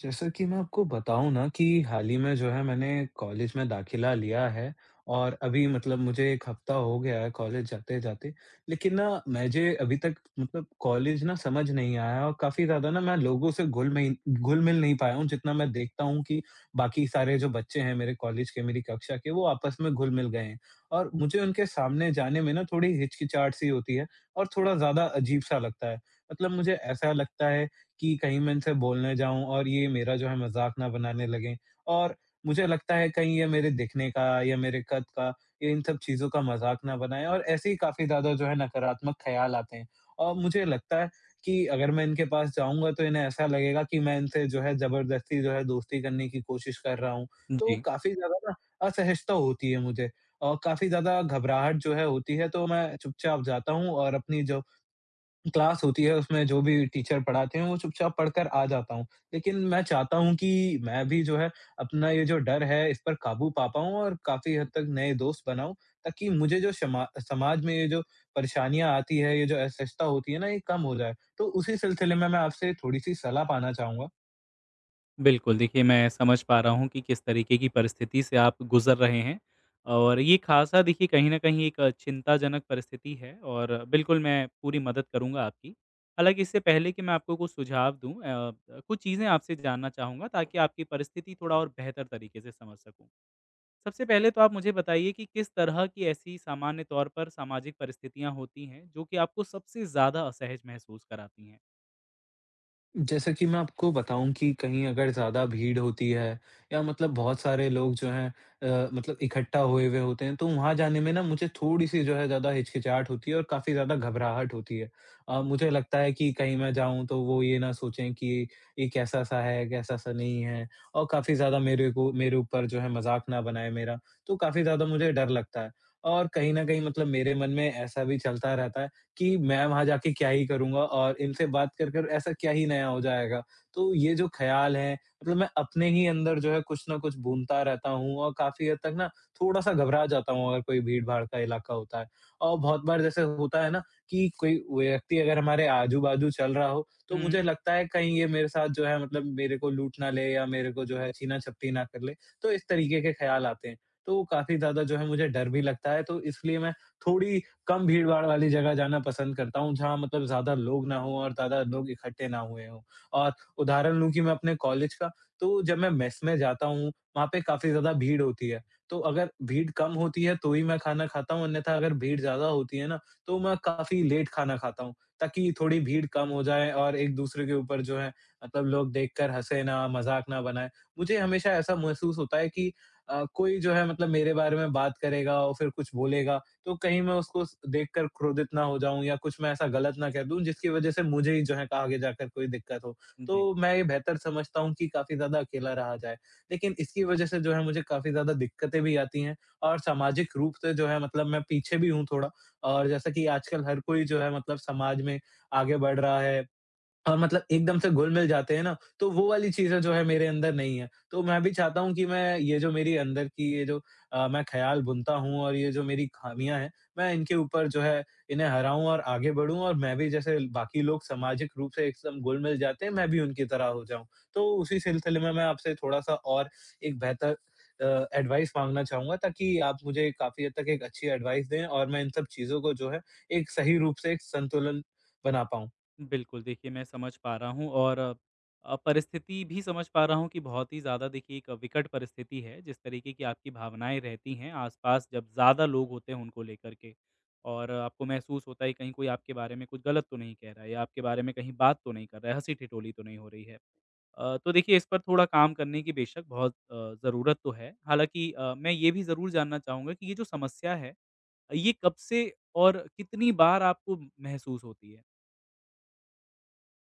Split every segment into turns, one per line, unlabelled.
जैसा कि मैं आपको बताऊँ ना कि हाल ही में जो है मैंने कॉलेज में दाखिला लिया है और अभी मतलब मुझे 1 हफ्ता हो गया है कॉलेज जाते-जाते। लेकिन ना मुझे अभी तक मतलब कॉलेज ना समझ नहीं आया, और काफ़ी ज़्यादा ना मैं लोगों से घुल-मिल नहीं पाया हूँ, जितना मैं देखता हूँ कि बाकी सारे जो बच्चे हैं मेरे कॉलेज के, मेरी कक्षा के, वो आपस में घुल-मिल गए हैं। और मुझे उनके सामने जाने में ना थोड़ी हिचकिचाहट सी होती है, और थोड़ा ज़्यादा अजीब-सा लगता है। मतलब मुझे ऐसा लगता है कि कहीं मैं इनसे बोलने जाऊँ और ये मेरा जो है मज़ाक ना बनाने लगें। और मुझे लगता है कहीं ये मेरे दिखने का या मेरे कद का या इन सब चीज़ों का मज़ाक ना बनाएँ, और ऐसे ही काफ़ी ज़्यादा जो है नकारात्मक ख़्याल आते हैं। और मुझे लगता है कि अगर मैं इनके पास जाऊँगा तो इन्हें ऐसा लगेगा कि मैं इनसे जो है ज़बरदस्ती जो है दोस्ती करने की कोशिश कर रहा हूँ। तो
जी,
काफ़ी ज़्यादा ना असहजता होती है मुझे, और काफ़ी ज़्यादा घबराहट जो है होती है, तो मैं चुपचाप जाता हूँ और अपनी जो क्लास होती है, उसमें जो भी टीचर पढ़ाते हैं, वो चुपचाप पढ़कर आ जाता हूँ। लेकिन मैं चाहता हूँ कि मैं भी जो है, अपना ये जो डर है, इस पर काबू पा पाऊँ और काफ़ी हद तक नए दोस्त बनाऊँ, ताकि मुझे जो शमा समाज में ये जो परेशानियाँ आती हैं, ये जो असहजता होती है ना, ये कम हो जाए। तो उसी सिलसिले में मैं आपसे थोड़ी-सी सलाह पाना चाहूँगा।
बिल्कुल। देखिए, मैं समझ पा रहा हूँ कि किस तरीके की परिस्थिति से आप गुज़र रहे हैं और ये ख़ासा देखिए, कहीं न कहीं एक चिंताजनक परिस्थिति है और बिल्कुल मैं पूरी मदद करूँगा आपकी। हालाँकि इससे पहले कि मैं आपको कुछ सुझाव दूँ, कुछ चीज़ें आपसे जानना चाहूँगा ताकि आपकी परिस्थिति थोड़ा और बेहतर तरीके से समझ सकूँ। सबसे पहले तो आप मुझे बताइए कि किस तरह की ऐसी सामान्य तौर पर सामाजिक परिस्थितियाँ होती हैं, जो कि आपको सबसे ज़्यादा असहज महसूस कराती हैं?
जैसा कि मैं आपको बताऊँ कि कहीं अगर ज़्यादा भीड़ होती है या मतलब बहुत सारे लोग जो हैं मतलब इकट्ठा हुए हुए होते हैं, तो वहाँ जाने में ना मुझे थोड़ी-सी जो है ज़्यादा हिचकिचाहट होती है और काफ़ी ज़्यादा घबराहट होती है। मुझे लगता है कि कहीं मैं जाऊँ तो वो ये ना सोचें कि ये कैसा-सा है, कैसा-सा नहीं है, और काफ़ी ज़्यादा मेरे को मेरे ऊपर जो है मज़ाक ना बनाएँ मेरा, तो काफ़ी ज़्यादा मुझे डर लगता है। और कहीं न कहीं मतलब मेरे मन में ऐसा भी चलता रहता है कि मैं वहाँ जाके क्या ही करूँगा, और इनसे बात कर कर ऐसा क्या ही नया हो जाएगा। तो ये जो ख़्याल है मतलब मैं अपने ही अंदर जो है कुछ न कुछ बुनता रहता हूँ और काफ़ी हद तक ना थोड़ा-सा घबरा जाता हूँ अगर कोई भीड़-भाड़ का इलाका होता है। और बहुत बार जैसे होता है ना कि कोई व्यक्ति अगर हमारे आजू-बाजू चल रहा हो,
हुँ,
तो
हुँ।
मुझे लगता है कहीं ये मेरे साथ जो है मतलब मेरे को लूट ना ले या मेरे को जो है छीना-झपटी ना कर ले। तो इस तरीके के ख़्याल आते हैं। तो काफ़ी ज़्यादा जो है मुझे डर भी लगता है, तो इसलिए मैं थोड़ी कम भीड़-भाड़ वाली जगह जाना पसंद करता हूँ, जहाँ मतलब ज़्यादा लोग ना हों और ज़्यादा लोग इकट्ठे ना हुए हों। और उदाहरण लूँ कि मैं अपने कॉलेज का, तो जब मैं मेस में जाता हूँ, वहाँ पे काफ़ी ज़्यादा भीड़ होती है। तो अगर भीड़ कम होती है, तो ही मैं खाना खाता हूँ, अन्यथा अगर भीड़ ज़्यादा होती है ना, तो मैं काफ़ी लेट खाना खाता हूँ, ताकि थोड़ी भीड़ कम हो जाए और एक-दूसरे के ऊपर जो है मतलब लोग देखकर हँसे ना, मज़ाक ना बनाएँ। मुझे हमेशा ऐसा महसूस होता है कि कोई जो है मतलब मेरे बारे में बात करेगा और फिर कुछ बोलेगा, तो कहीं मैं उसको स देखकर क्रोधित ना हो जाऊँ, या कुछ मैं ऐसा गलत ना कह दूँ जिसकी वज़ह से मुझे ही जो है आगे जाकर कोई दिक्कत हो।
जी।
तो मैं ये बेहतर समझता हूँ कि काफ़ी ज़्यादा अकेला रहा जाए। लेकिन इसकी वज़ह से जो है मुझे काफ़ी ज़्यादा दिक्कतें भी आती हैं, और सामाजिक रूप से जो है मतलब मैं पीछे भी हूँ थोड़ा, और जैसा कि आजकल हर कोई जो है मतलब समाज में आगे बढ़ रहा है, और मतलब एकदम से घुल-मिल जाते हैं ना, तो वो वाली चीज़ें जो है मेरे अंदर नहीं है। तो मैं भी चाहता हूँ कि मैं ये जो मेरी अंदर की ये जो मैं ख़्याल बुनता हूँ और ये जो मेरी ख़ामियाँ हैं, मैं इनके ऊपर जो है इन्हें हराऊँ और आगे बढ़ूँ, और मैं भी जैसे बाकी लोग सामाजिक रूप से एकदम घुल-मिल जाते हैं, मैं भी उनकी तरह हो जाऊँ। तो उसी सिलसिले में मैं आपसे थोड़ा-सा और एक बेहतर एडवाइस माँगना चाहूँगा, ताकि आप मुझे काफ़ी हद तक एक अच्छी एडवाइस दें और मैं इन सब चीज़ों को जो है एक सही रूप से एक संतुलन बना पाऊँ।
बिल्कुल, देखिए, मैं समझ पा रहा हूँ और परिस्थिति भी समझ पा रहा हूँ कि बहुत ही ज़्यादा देखिए, एक विकट परिस्थिति है, जिस तरीके की आपकी भावनाएँ रहती हैं आस-पास जब ज़्यादा लोग होते हैं उनको लेकर के। और आपको महसूस होता है कहीं कोई आपके बारे में कुछ गलत तो नहीं कह रहा है या आपके बारे में कहीं बात तो नहीं कर रहा है, हँसी-ठिठोली तो नहीं हो रही है। तो देखिए, इस पर थोड़ा काम करने की बेशक बहुत ज़रूरत तो है। हालाँकि मैं ये भी ज़रूर जानना चाहूँगा कि ये जो समस्या है, ये कब से और कितनी बार आपको महसूस होती है?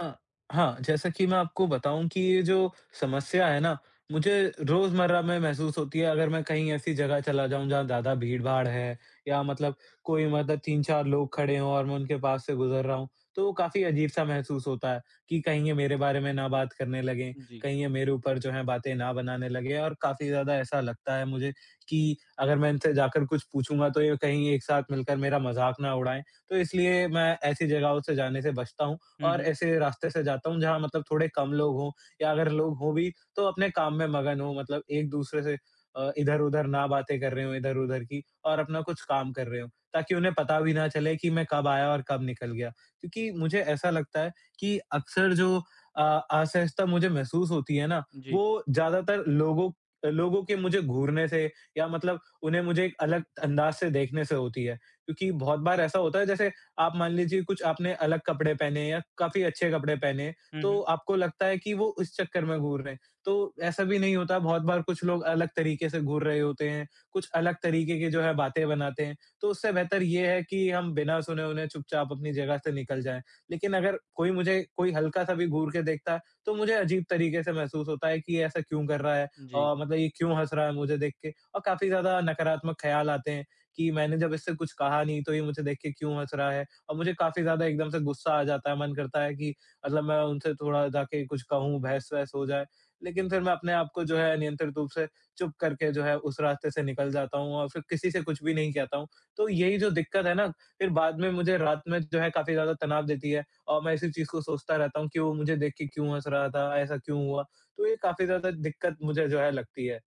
हाँ, हाँ, जैसा कि मैं आपको बताऊँ कि ये जो समस्या है ना, मुझे रोज़मर्रा में महसूस होती है अगर मैं कहीं ऐसी जगह चला जाऊँ जहाँ ज़्यादा भीड़-भाड़ है, या मतलब कोई मतलब 3-4 लोग खड़े हों और मैं उनके पास से गुज़र रहा हूँ, तो काफ़ी अजीब-सा महसूस होता है कि कहीं ये मेरे बारे में ना बात करने लगें,
जी।
कहीं ये मेरे ऊपर जो है बातें ना बनाने लगें, और काफ़ी ज़्यादा ऐसा लगता है मुझे कि अगर मैं इनसे जाकर कुछ पूछूँगा तो ये कहीं एक साथ मिलकर मेरा मज़ाक ना उड़ाएँ। तो इसलिए मैं ऐसी जगहों से जाने से बचता हूँ,
हुँ,
और
हुँ।
ऐसे रास्ते से जाता हूँ जहाँ मतलब थोड़े कम लोग हों, या अगर लोग हों भी तो अपने काम में मगन हों, मतलब एक-दूसरे से इधर-उधर ना बातें कर रहे हों इधर-उधर की और अपना कुछ काम कर रहे हों, ताकि उन्हें पता भी ना चले कि मैं कब आया और कब निकल गया। क्योंकि मुझे ऐसा लगता है कि अक्सर जो अ, असहजता मुझे महसूस होती है ना,
जी।
वो ज़्यादातर लोगों लोगों के मुझे घूरने से, या मतलब उन्हें मुझे एक अलग अंदाज़ से देखने से होती है। क्योंकि बहुत बार ऐसा होता है जैसे आप मान लीजिए कुछ आपने अलग कपड़े पहने या काफ़ी अच्छे कपड़े पहने,
हुँ,
तो
हुँ।
आपको लगता है कि वो इस चक्कर में घूर रहे हैं। तो ऐसा भी नहीं होता, बहुत बार कुछ लोग अलग तरीके से घूर रहे होते हैं, कुछ अलग तरीके की जो है बातें बनाते हैं, तो उससे बेहतर ये है कि हम बिना सुने-उने चुपचाप अपनी जगह से निकल जाएँ। लेकिन अगर कोई मुझे कोई हल्का-सा भी घूर के देखता है, तो मुझे अजीब तरीके से महसूस होता है कि ये ऐसा क्यों कर रहा है,
जी,
मतलब ये क्यों हँस रहा है मुझे देख के, और काफ़ी ज़्यादा नकारात्मक ख़्याल आते हैं कि मैंने जब इससे कुछ कहा नहीं, तो ये मुझे देख के क्यों हँस रहा है? और मुझे काफ़ी ज़्यादा एकदम से गुस्सा आ जाता है, मन करता है कि मतलब मैं उनसे थोड़ा जाके कुछ कहूँ, बहस-वहस हो जाए। लेकिन फिर मैं अपने आप को जो है नियंत्रित रूप से चुप करके जो है उस रास्ते से निकल जाता हूँ, और फिर किसी से कुछ भी नहीं कहता हूँ। तो यही जो दिक्कत है ना, फिर बाद में मुझे रात में जो है काफ़ी ज़्यादा तनाव देती है, और मैं इसी चीज़ को सोचता रहता हूँ कि वो मुझे देख के क्यों हँस रहा था, ऐसा क्यों हुआ? तो ये काफ़ी ज़्यादा दिक्कत मुझे जो है लगती है।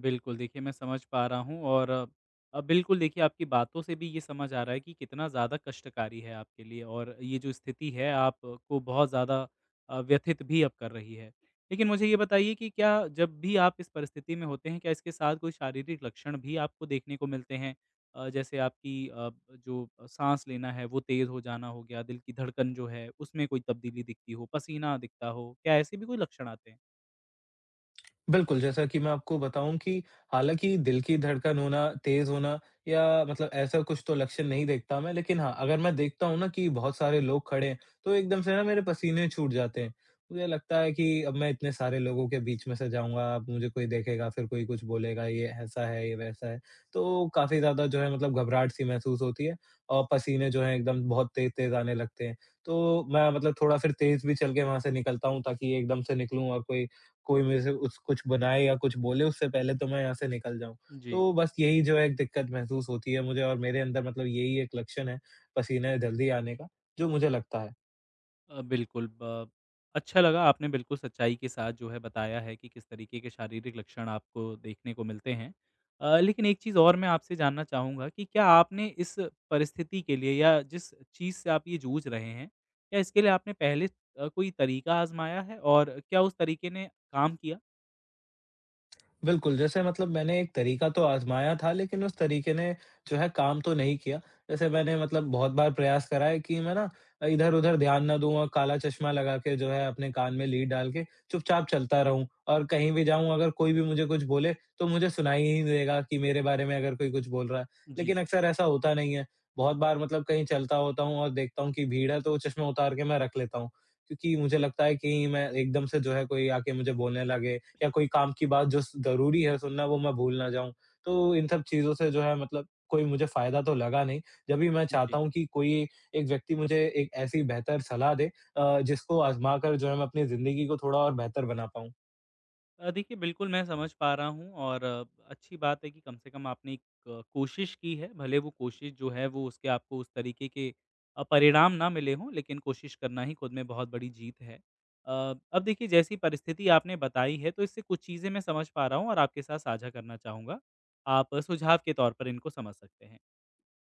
बिल्कुल देखिए, मैं समझ पा रहा हूँ और बिल्कुल देखिए, आपकी बातों से भी ये समझ आ रहा है कि कितना ज़्यादा कष्टकारी है आपके लिए और ये जो स्थिति है आपको बहुत ज़्यादा व्यथित भी अब कर रही है। लेकिन मुझे ये बताइए कि क्या जब भी आप इस परिस्थिति में होते हैं, क्या इसके साथ कोई शारीरिक लक्षण भी आपको देखने को मिलते हैं? जैसे आपकी जो साँस लेना है वो तेज़ हो जाना हो गया, दिल की धड़कन जो है उसमें कोई तब्दीली दिखती हो, पसीना दिखता हो, क्या ऐसे भी कोई लक्षण आते हैं?
बिल्कुल, जैसा कि मैं आपको बताऊँ कि हालाँकि दिल की धड़कन होना, तेज़ होना, या मतलब ऐसा कुछ तो लक्षण नहीं देखता मैं, लेकिन हाँ, अगर मैं देखता हूँ ना कि बहुत सारे लोग खड़े हैं, तो एकदम से ना मेरे पसीने छूट जाते हैं। मुझे लगता है कि अब मैं इतने सारे लोगों के बीच में से जाऊँगा, अब मुझे कोई देखेगा, फिर कोई कुछ बोलेगा, ये ऐसा है, ये वैसा है। तो काफ़ी ज़्यादा जो है मतलब घबराहट-सी महसूस होती है, और पसीने जो हैं एकदम बहुत तेज़-तेज़ आने लगते हैं। तो मैं मतलब थोड़ा फिर तेज़ भी चल के वहाँ से निकलता हूँ, ताकि एकदम से निकलूँ और कोई कोई मेरे से उस कुछ बनाए या कुछ बोले उससे पहले तो मैं यहाँ से निकल जाऊँ।
जी।
तो बस यही जो है एक दिक्कत महसूस होती है मुझे, और मेरे अंदर मतलब यही एक लक्षण है, पसीने जल्दी आने का, जो मुझे लगता है।
बिल्कुल ब अच्छा लगा, आपने बिल्कुल सच्चाई के साथ जो है बताया है कि किस तरीके के शारीरिक लक्षण आपको देखने को मिलते हैं। लेकिन एक चीज़ और मैं आपसे जानना चाहूँगा कि क्या आपने इस परिस्थिति के लिए या जिस चीज़ से आप ये जूझ रहे हैं, क्या इसके लिए आपने पहले कोई तरीका आज़माया है और क्या उस तरीके ने काम किया?
बिल्कुल, जैसे मतलब मैंने एक तरीका तो आज़माया था, लेकिन उस तरीके ने जो है काम तो नहीं किया। जैसे मैंने मतलब बहुत बार प्रयास करा है कि मैं ना इधर-उधर ध्यान ना दूँ, और काला चश्मा लगा के जो है अपने कान में लीड डाल के चुपचाप चलता रहूँ, और कहीं भी जाऊँ अगर कोई भी मुझे कुछ बोले, तो मुझे सुनाई ही नहीं देगा कि मेरे बारे में अगर कोई कुछ बोल रहा है।
जी।
लेकिन अक्सर ऐसा होता नहीं है। बहुत बार मतलब कहीं चलता होता हूँ और देखता हूँ कि भीड़ है, तो वो चश्मा उतार के मैं रख लेता हूँ, क्योंकि मुझे लगता है कि मैं एकदम से जो है कोई आके मुझे बोलने लगे, या कोई काम की बात जो ज़रूरी है सुनना वो मैं भूल ना जाऊँ। तो इन सब चीज़ों से जो है मतलब कोई मुझे फ़ायदा तो लगा नहीं। जब भी मैं
जी।
चाहता हूँ कि कोई एक व्यक्ति मुझे एक ऐसी बेहतर सलाह दे जिसको आज़मा कर जो है मैं अपनी ज़िंदगी को थोड़ा और बेहतर बना पाऊँ।
देखिए, बिल्कुल मैं समझ पा रहा हूँ और अच्छी बात है कि कम से कम आपने एक कोशिश की है, भले वो कोशिश जो है वो उसके आपको उस तरीके के परिणाम ना मिले हों, लेकिन कोशिश करना ही खुद में बहुत बड़ी जीत है। अब देखिए, जैसी परिस्थिति आपने बताई है तो इससे कुछ चीज़ें मैं समझ पा रहा हूँ और आपके साथ साझा करना चाहूँगा। आप सुझाव के तौर पर इनको समझ सकते हैं।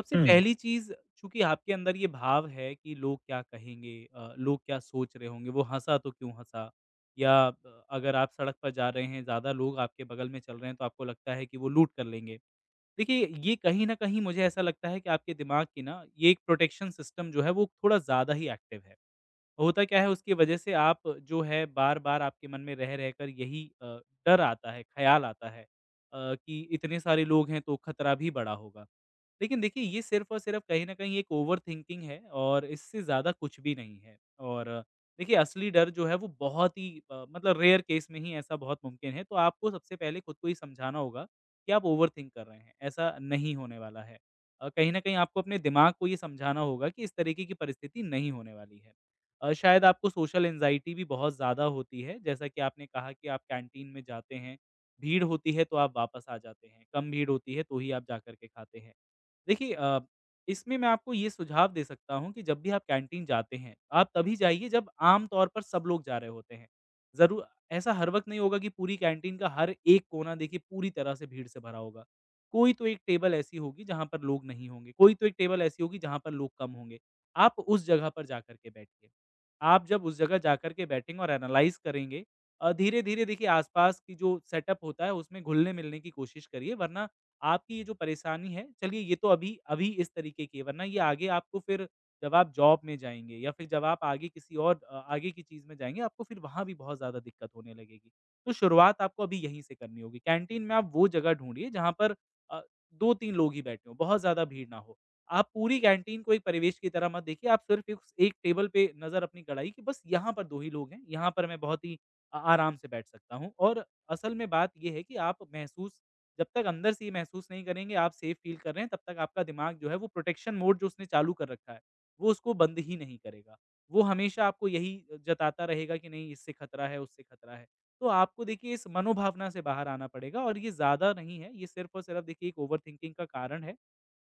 सबसे
हुँ,
पहली चीज़, चूँकि आपके अंदर ये भाव है कि लोग क्या कहेंगे, लोग क्या सोच रहे होंगे, वो हँसा तो क्यों हँसा? या अगर आप सड़क पर जा रहे हैं, ज़्यादा लोग आपके बगल में चल रहे हैं, तो आपको लगता है कि वो लूट कर लेंगे। देखिए, ये कहीं न कहीं मुझे ऐसा लगता है कि आपके दिमाग की ना ये एक प्रोटेक्शन सिस्टम जो है, वो थोड़ा ज़्यादा ही एक्टिव है। होता क्या है, उसकी वजह से आप जो है बार-बार आपके मन में रह रहकर यही डर आता है, ख़्याल आता है कि इतने सारे लोग हैं तो खतरा भी बड़ा होगा। लेकिन देखिए, ये सिर्फ़ और सिर्फ़ कहीं न कहीं एक ओवरथिंकिंग है और इससे ज़्यादा कुछ भी नहीं है। और देखिए, असली डर जो है वो बहुत ही मतलब रेयर केस में ही ऐसा बहुत मुमकिन है। तो आपको सबसे पहले खुद को ये समझाना होगा कि आप ओवरथिंक कर रहे हैं, ऐसा नहीं होने वाला है। कहीं न कहीं आपको अपने दिमाग को ये समझाना होगा कि इस तरीके की परिस्थिति नहीं होने वाली है। शायद आपको सोशल एंग्ज़ायटी भी बहुत ज़्यादा होती है, जैसा कि आपने कहा कि आप कैंटीन में जाते हैं, भीड़ होती है तो आप वापस आ जाते हैं, कम भीड़ होती है तो ही आप जाकर के खाते हैं। देखिए, इसमें मैं आपको ये सुझाव दे सकता हूँ कि जब भी आप कैंटीन जाते हैं, आप तभी जाइए जब आम तौर पर सब लोग जा रहे होते हैं। ज़रूर ऐसा हर वक़्त नहीं होगा कि पूरी कैंटीन का हर एक कोना देखिए पूरी तरह से भीड़ से भरा होगा। कोई तो एक टेबल ऐसी होगी जहाँ पर लोग नहीं होंगे, कोई तो एक टेबल ऐसी होगी जहाँ पर लोग कम होंगे। आप उस जगह पर जाकर के बैठिए। आप जब उस जगह जाकर के बैटिंग और एनालाइज़ करेंगे, धीरे-धीरे देखिए, आस-पास की जो सेटअप होता है उसमें घुलने-मिलने की कोशिश करिए, वरना आपकी ये जो परेशानी है, चलिए ये तो अभी अभी इस तरीके की है, वरना ये आगे आपको फिर जब आप जॉब में जाएँगे या फिर जब आप आगे किसी और आगे की चीज़ में जाएँगे, आपको फिर वहाँ भी बहुत ज़्यादा दिक्कत होने लगेगी। तो शुरुआत आपको अभी यहीं से करनी होगी। कैंटीन में आप वो जगह ढूँढिए जहाँ पर अ, 2-3 लोग ही बैठे हों, बहुत ज़्यादा भीड़ ना हो। आप पूरी कैंटीन को एक परिवेश की तरह मत देखिए, आप सिर्फ़ एक स एक टेबल पे नज़र अपनी गड़ाइए कि बस यहाँ पर 2 ही लोग हैं, यहाँ पर मैं बहुत ही आराम से बैठ सकता हूँ। और असल में बात ये है कि आप महसूस जब तक अंदर से ये महसूस नहीं करेंगे आप सेफ़ फ़ील कर रहे हैं, तब तक आपका दिमाग जो है वो प्रोटेक्शन मोड जो उसने चालू कर रखा है, वो उसको बंद ही नहीं करेगा। वो हमेशा आपको यही जताता रहेगा कि नहीं, इससे खतरा है, उससे खतरा है। तो आपको देखिए, इस मनोभावना से बाहर आना पड़ेगा और ये ज़्यादा नहीं है, ये सिर्फ़ और सिर्फ़ देखिए एक ओवरथिंकिंग का कारण है।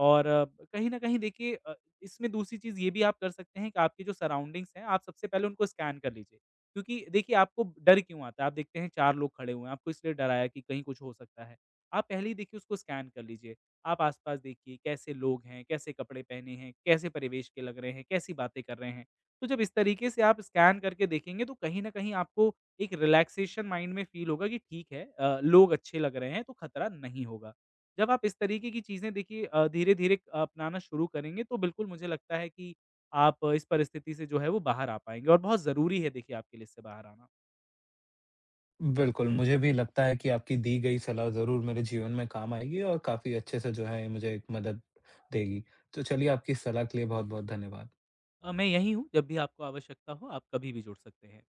और कहीं न कहीं देखिए, इसमें दूसरी चीज़ ये भी आप कर सकते हैं कि आपकी जो सराउंडिंग्स हैं, आप सबसे पहले उनको स्कैन कर लीजिए। क्योंकि देखिए, आपको डर क्यों आता है? आप देखते हैं 4 लोग खड़े हुए हैं, आपको इसलिए डर आया कि कहीं कुछ हो सकता है। आप पहले ही देखिए उसको स्कैन कर लीजिए। आप आस-पास देखिए कैसे लोग हैं, कैसे कपड़े पहने हैं, कैसे परिवेश के लग रहे हैं, कैसी बातें कर रहे हैं। तो जब इस तरीके से आप स्कैन करके देखेंगे तो कहीं न कहीं आपको एक रिलैक्सेशन माइंड में फ़ील होगा कि ठीक है, लोग अच्छे लग रहे हैं तो खतरा नहीं होगा। जब आप इस तरीके की चीज़ें देखिए, धीरे-धीरे अपनाना शुरू करेंगे तो बिल्कुल मुझे लगता है कि आप इस परिस्थिति से जो है वो बाहर आ पाएँगे और बहुत ज़रूरी है देखिए, आपके लिए इससे बाहर आना।
बिल्कुल, मुझे भी लगता है कि आपकी दी गई सलाह ज़रूर मेरे जीवन में काम आएगी, और काफ़ी अच्छे से जो है मुझे एक मदद देगी। तो चलिए आपकी इस सलाह के लिए बहुत-बहुत धन्यवाद।
मैं यहीं हूँ, जब भी आपको आवश्यकता हो आप कभी भी जुड़ सकते हैं।